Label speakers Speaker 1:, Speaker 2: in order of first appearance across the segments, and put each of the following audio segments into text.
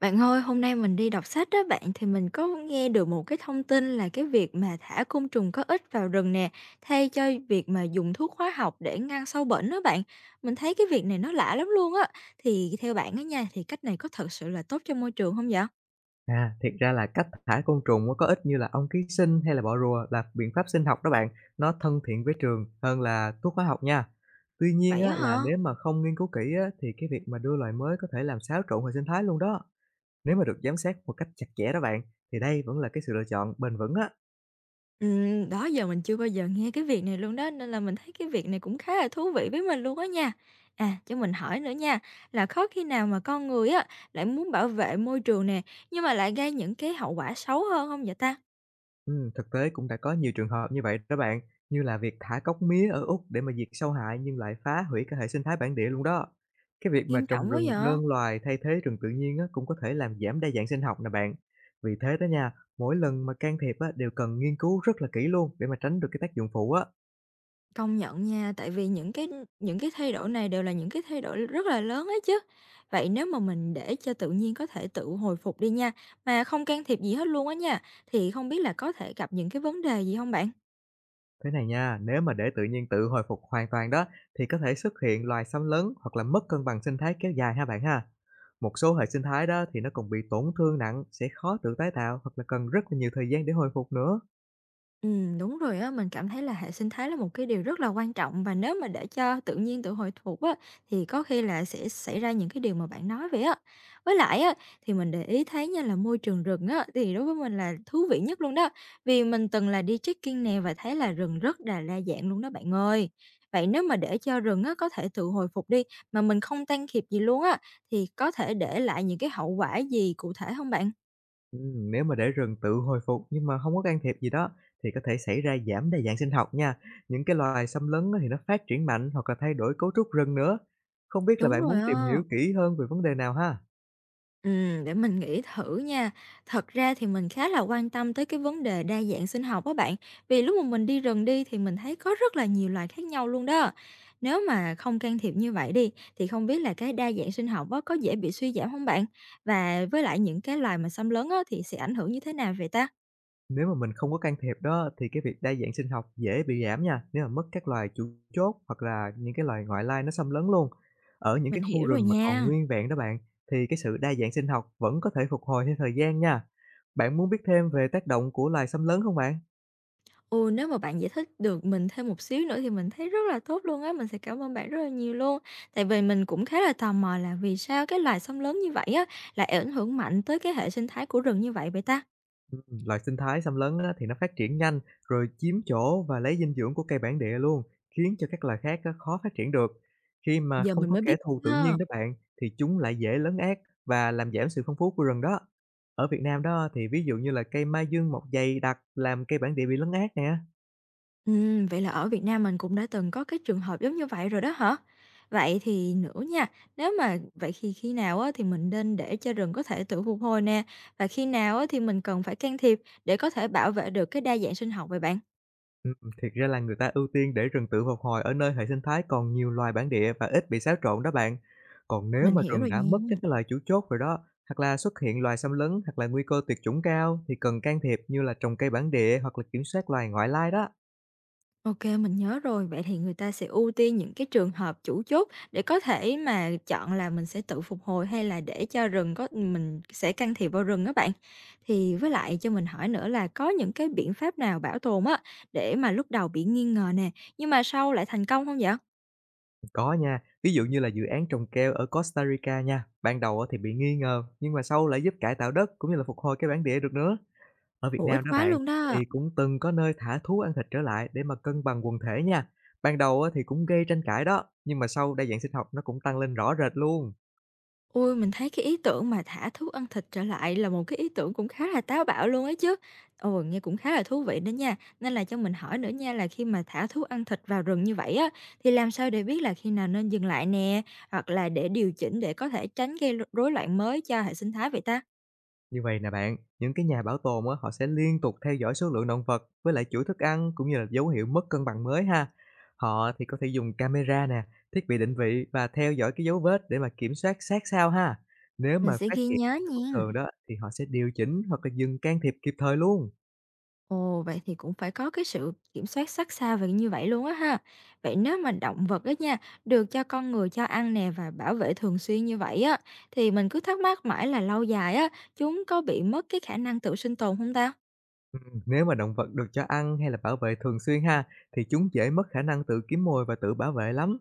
Speaker 1: Bạn ơi, hôm nay mình đi đọc sách đó bạn, thì mình có nghe được một cái thông tin là cái việc mà thả côn trùng có ích vào rừng nè, thay cho việc mà dùng thuốc hóa học để ngăn sâu bệnh đó bạn. Mình thấy cái việc này nó lạ lắm luôn á. Thì theo bạn á nha, thì cách này có thật sự là tốt cho môi trường không vậy?
Speaker 2: À, thiệt ra là cách thả côn trùng á có ích như là ong ký sinh hay là bọ rùa là biện pháp sinh học đó bạn, nó thân thiện với trường hơn là thuốc hóa học nha. Tuy nhiên
Speaker 1: Vậy
Speaker 2: á,
Speaker 1: á
Speaker 2: là
Speaker 1: hả?
Speaker 2: nếu mà không nghiên cứu kỹ á, thì cái việc mà đưa loài mới có thể làm xáo trộn hệ sinh thái luôn đó. Nếu mà được giám sát một cách chặt chẽ đó bạn, thì đây vẫn là cái sự lựa chọn bền vững á.
Speaker 1: Đó giờ mình chưa bao giờ nghe cái việc này luôn đó, nên là mình thấy cái việc này cũng khá là thú vị với mình luôn á nha. À, cho mình hỏi nữa nha, là có khi nào mà con người á lại muốn bảo vệ môi trường nè, nhưng mà lại gây những cái hậu quả xấu hơn không vậy ta?
Speaker 2: Thực tế cũng đã có nhiều trường hợp như vậy đó bạn, như là việc thả cóc mía ở Úc để mà diệt sâu hại nhưng lại phá hủy cả hệ sinh thái bản địa luôn đó. Cái việc mà
Speaker 1: Nghiêm
Speaker 2: trồng
Speaker 1: trọng quá
Speaker 2: rừng
Speaker 1: vậy!
Speaker 2: đơn loài thay thế rừng tự nhiên á, cũng có thể làm giảm đa dạng sinh học nè bạn. Vì thế đó nha, mỗi lần mà can thiệp á, đều cần nghiên cứu rất là kỹ luôn để mà tránh được cái tác dụng phụ á.
Speaker 1: Công nhận nha, tại vì những cái thay đổi này đều là những cái thay đổi rất là lớn ấy chứ. Vậy nếu mà mình để cho tự nhiên có thể tự hồi phục đi nha, mà không can thiệp gì hết luôn á nha, thì không biết là có thể gặp những cái vấn đề gì không bạn?
Speaker 2: Thế này nha, nếu mà để tự nhiên tự hồi phục hoàn toàn đó thì có thể xuất hiện loài xâm lấn hoặc là mất cân bằng sinh thái kéo dài ha bạn ha. Một số hệ sinh thái đó thì nó còn bị tổn thương nặng, sẽ khó tự tái tạo hoặc là cần rất là nhiều thời gian để hồi phục nữa.
Speaker 1: Đúng rồi á, mình cảm thấy là hệ sinh thái là một cái điều rất là quan trọng, và nếu mà để cho tự nhiên tự hồi phục á thì có khi là sẽ xảy ra những cái điều mà bạn nói vậy á. Với lại á, thì mình để ý thấy nha là môi trường rừng á thì đối với mình là thú vị nhất luôn đó. Vì mình từng là đi trekking nè và thấy là rừng rất là đa dạng luôn đó bạn ơi. Vậy nếu mà để cho rừng á có thể tự hồi phục đi mà mình không can thiệp gì luôn á, thì có thể để lại những cái hậu quả gì cụ thể không bạn?
Speaker 2: Ừ, nếu mà để rừng tự hồi phục nhưng mà không có can thiệp gì đó thì có thể xảy ra giảm đa dạng sinh học nha. Những cái loài xâm lấn á thì nó phát triển mạnh hoặc là thay đổi cấu trúc rừng nữa. Không biết là
Speaker 1: Đúng
Speaker 2: bạn muốn
Speaker 1: rồi
Speaker 2: tìm
Speaker 1: á.
Speaker 2: hiểu kỹ hơn về vấn đề nào ha?
Speaker 1: Để mình nghĩ thử nha. Thật ra thì mình khá là quan tâm tới cái vấn đề đa dạng sinh học á bạn, vì lúc mà mình đi rừng đi thì mình thấy có rất là nhiều loài khác nhau luôn đó. Nếu mà không can thiệp như vậy đi, thì không biết là cái đa dạng sinh học á có dễ bị suy giảm không bạn? Và với lại những cái loài mà xâm lấn á thì sẽ ảnh hưởng như thế nào vậy ta?
Speaker 2: Nếu mà mình không có can thiệp đó thì cái việc đa dạng sinh học dễ bị giảm nha, nếu mà mất các loài chủ chốt hoặc là những cái loài ngoại lai nó xâm lấn luôn. Ở những cái
Speaker 1: Mình
Speaker 2: khu
Speaker 1: hiểu rồi
Speaker 2: rừng mà còn
Speaker 1: nha.
Speaker 2: nguyên vẹn đó bạn, thì cái sự đa dạng sinh học vẫn có thể phục hồi theo thời gian nha. Bạn muốn biết thêm về tác động của loài xâm lấn không bạn?
Speaker 1: Ừ, nếu mà bạn giải thích được mình thêm một xíu nữa thì mình thấy rất là tốt luôn á, mình sẽ cảm ơn bạn rất là nhiều luôn. Tại vì mình cũng khá là tò mò là vì sao cái loài sông lớn như vậy á lại ảnh hưởng mạnh tới cái hệ sinh thái của rừng như vậy vậy ta?
Speaker 2: Loài sinh thái xâm lấn á, thì nó phát triển nhanh rồi chiếm chỗ và lấy dinh dưỡng của cây bản địa luôn, khiến cho các loài khác á, khó phát triển được. Khi mà
Speaker 1: Giờ
Speaker 2: không
Speaker 1: mình
Speaker 2: có
Speaker 1: mới biết
Speaker 2: kẻ thù tự
Speaker 1: ha.
Speaker 2: nhiên đó bạn thì chúng lại dễ lấn át và làm giảm sự phong phú của rừng đó. Ở Việt Nam đó thì ví dụ như là cây mai dương mọc dày đặc làm cây bản địa bị lấn át nè.
Speaker 1: Vậy là ở Việt Nam mình cũng đã từng có cái trường hợp giống như vậy rồi đó hả? Vậy thì nữa nha, nếu mà vậy thì khi nào á thì mình nên để cho rừng có thể tự phục hồi nè, và khi nào á thì mình cần phải can thiệp để có thể bảo vệ được cái đa dạng sinh học vậy bạn?
Speaker 2: Ừm, Thiệt ra là người ta ưu tiên để rừng tự phục hồi ở nơi hệ sinh thái còn nhiều loài bản địa và ít bị xáo trộn đó bạn. Còn nếu
Speaker 1: Mình
Speaker 2: mà
Speaker 1: hiểu
Speaker 2: rừng
Speaker 1: rồi
Speaker 2: đã mất các
Speaker 1: nha.
Speaker 2: cái loài chủ chốt rồi đó, hoặc là xuất hiện loài xâm lấn hoặc là nguy cơ tuyệt chủng cao thì cần can thiệp như là trồng cây bản địa hoặc là kiểm soát loài ngoại lai đó.
Speaker 1: OK, mình nhớ rồi. Vậy thì người ta sẽ ưu tiên những cái trường hợp chủ chốt để có thể mà chọn là mình sẽ tự phục hồi, hay là để cho rừng có mình sẽ can thiệp vào rừng đó bạn. Thì với lại cho mình hỏi nữa là có những cái biện pháp nào bảo tồn á, để mà lúc đầu bị nghi ngờ nè, nhưng mà sau lại thành công không vậy?
Speaker 2: Có nha, ví dụ như là dự án trồng keo ở Costa Rica nha. Ban đầu á thì bị nghi ngờ, nhưng mà sau lại giúp cải tạo đất cũng như là phục hồi cái bản địa được nữa. Ở Việt
Speaker 1: Hữu ích
Speaker 2: Nam đó
Speaker 1: quá
Speaker 2: bạn,
Speaker 1: luôn đó.
Speaker 2: thì cũng từng có nơi thả thú ăn thịt trở lại để mà cân bằng quần thể nha. Ban đầu á thì cũng gây tranh cãi đó, nhưng mà sau đa dạng sinh học nó cũng tăng lên rõ rệt luôn.
Speaker 1: Ôi, mình thấy cái ý tưởng mà thả thú ăn thịt trở lại là một cái ý tưởng cũng khá là táo bạo luôn ấy chứ. Ồ, nghe cũng khá là thú vị đó nha. Nên là cho mình hỏi nữa nha, là khi mà thả thú ăn thịt vào rừng như vậy á, thì làm sao để biết là khi nào nên dừng lại nè, hoặc là để điều chỉnh để có thể tránh gây rối loạn mới cho hệ sinh thái vậy ta?
Speaker 2: Như vậy nè bạn, những cái nhà bảo tồn á, họ sẽ liên tục theo dõi số lượng động vật với lại chuỗi thức ăn cũng như là dấu hiệu mất cân bằng mới ha. Họ thì có thể dùng camera nè, thiết bị định vị và theo dõi cái dấu vết để mà kiểm soát sát sao ha. Nếu
Speaker 1: Mình
Speaker 2: mà
Speaker 1: sẽ
Speaker 2: phát
Speaker 1: ghi
Speaker 2: hiện
Speaker 1: nhớ
Speaker 2: bất
Speaker 1: nha.
Speaker 2: thường đó thì họ sẽ điều chỉnh hoặc là dừng can thiệp kịp thời luôn.
Speaker 1: Ồ, vậy thì cũng phải có cái sự kiểm soát sát sao về như vậy luôn á ha. Vậy nếu mà động vật á nha, được cho con người cho ăn nè và bảo vệ thường xuyên như vậy á, thì mình cứ thắc mắc mãi là lâu dài á, chúng có bị mất cái khả năng tự sinh tồn không ta?
Speaker 2: Nếu mà động vật được cho ăn hay là bảo vệ thường xuyên ha, thì chúng dễ mất khả năng tự kiếm mồi và tự bảo vệ lắm.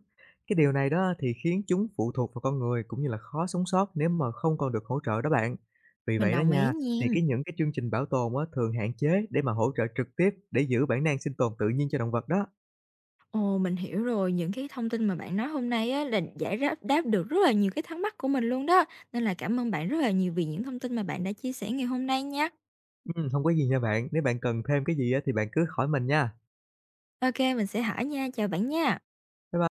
Speaker 2: Cái điều này đó thì khiến chúng phụ thuộc vào con người cũng như là khó sống sót nếu mà không còn được hỗ trợ đó bạn. Vì
Speaker 1: Mình
Speaker 2: vậy đó
Speaker 1: đồng ý
Speaker 2: nha, thì
Speaker 1: nha.
Speaker 2: cái những cái chương trình bảo tồn á, thường hạn chế để mà hỗ trợ trực tiếp để giữ bản năng sinh tồn tự nhiên cho động vật đó.
Speaker 1: Ồ, mình hiểu rồi, những cái thông tin mà bạn nói hôm nay á, là giải đáp, đáp được rất là nhiều cái thắc mắc của mình luôn đó. Nên là cảm ơn bạn rất là nhiều vì những thông tin mà bạn đã chia sẻ ngày hôm nay nha.
Speaker 2: Không có gì nha bạn, nếu bạn cần thêm cái gì á, thì bạn cứ hỏi mình nha.
Speaker 1: OK, mình sẽ hỏi nha, chào bạn nha.
Speaker 2: Bye bye.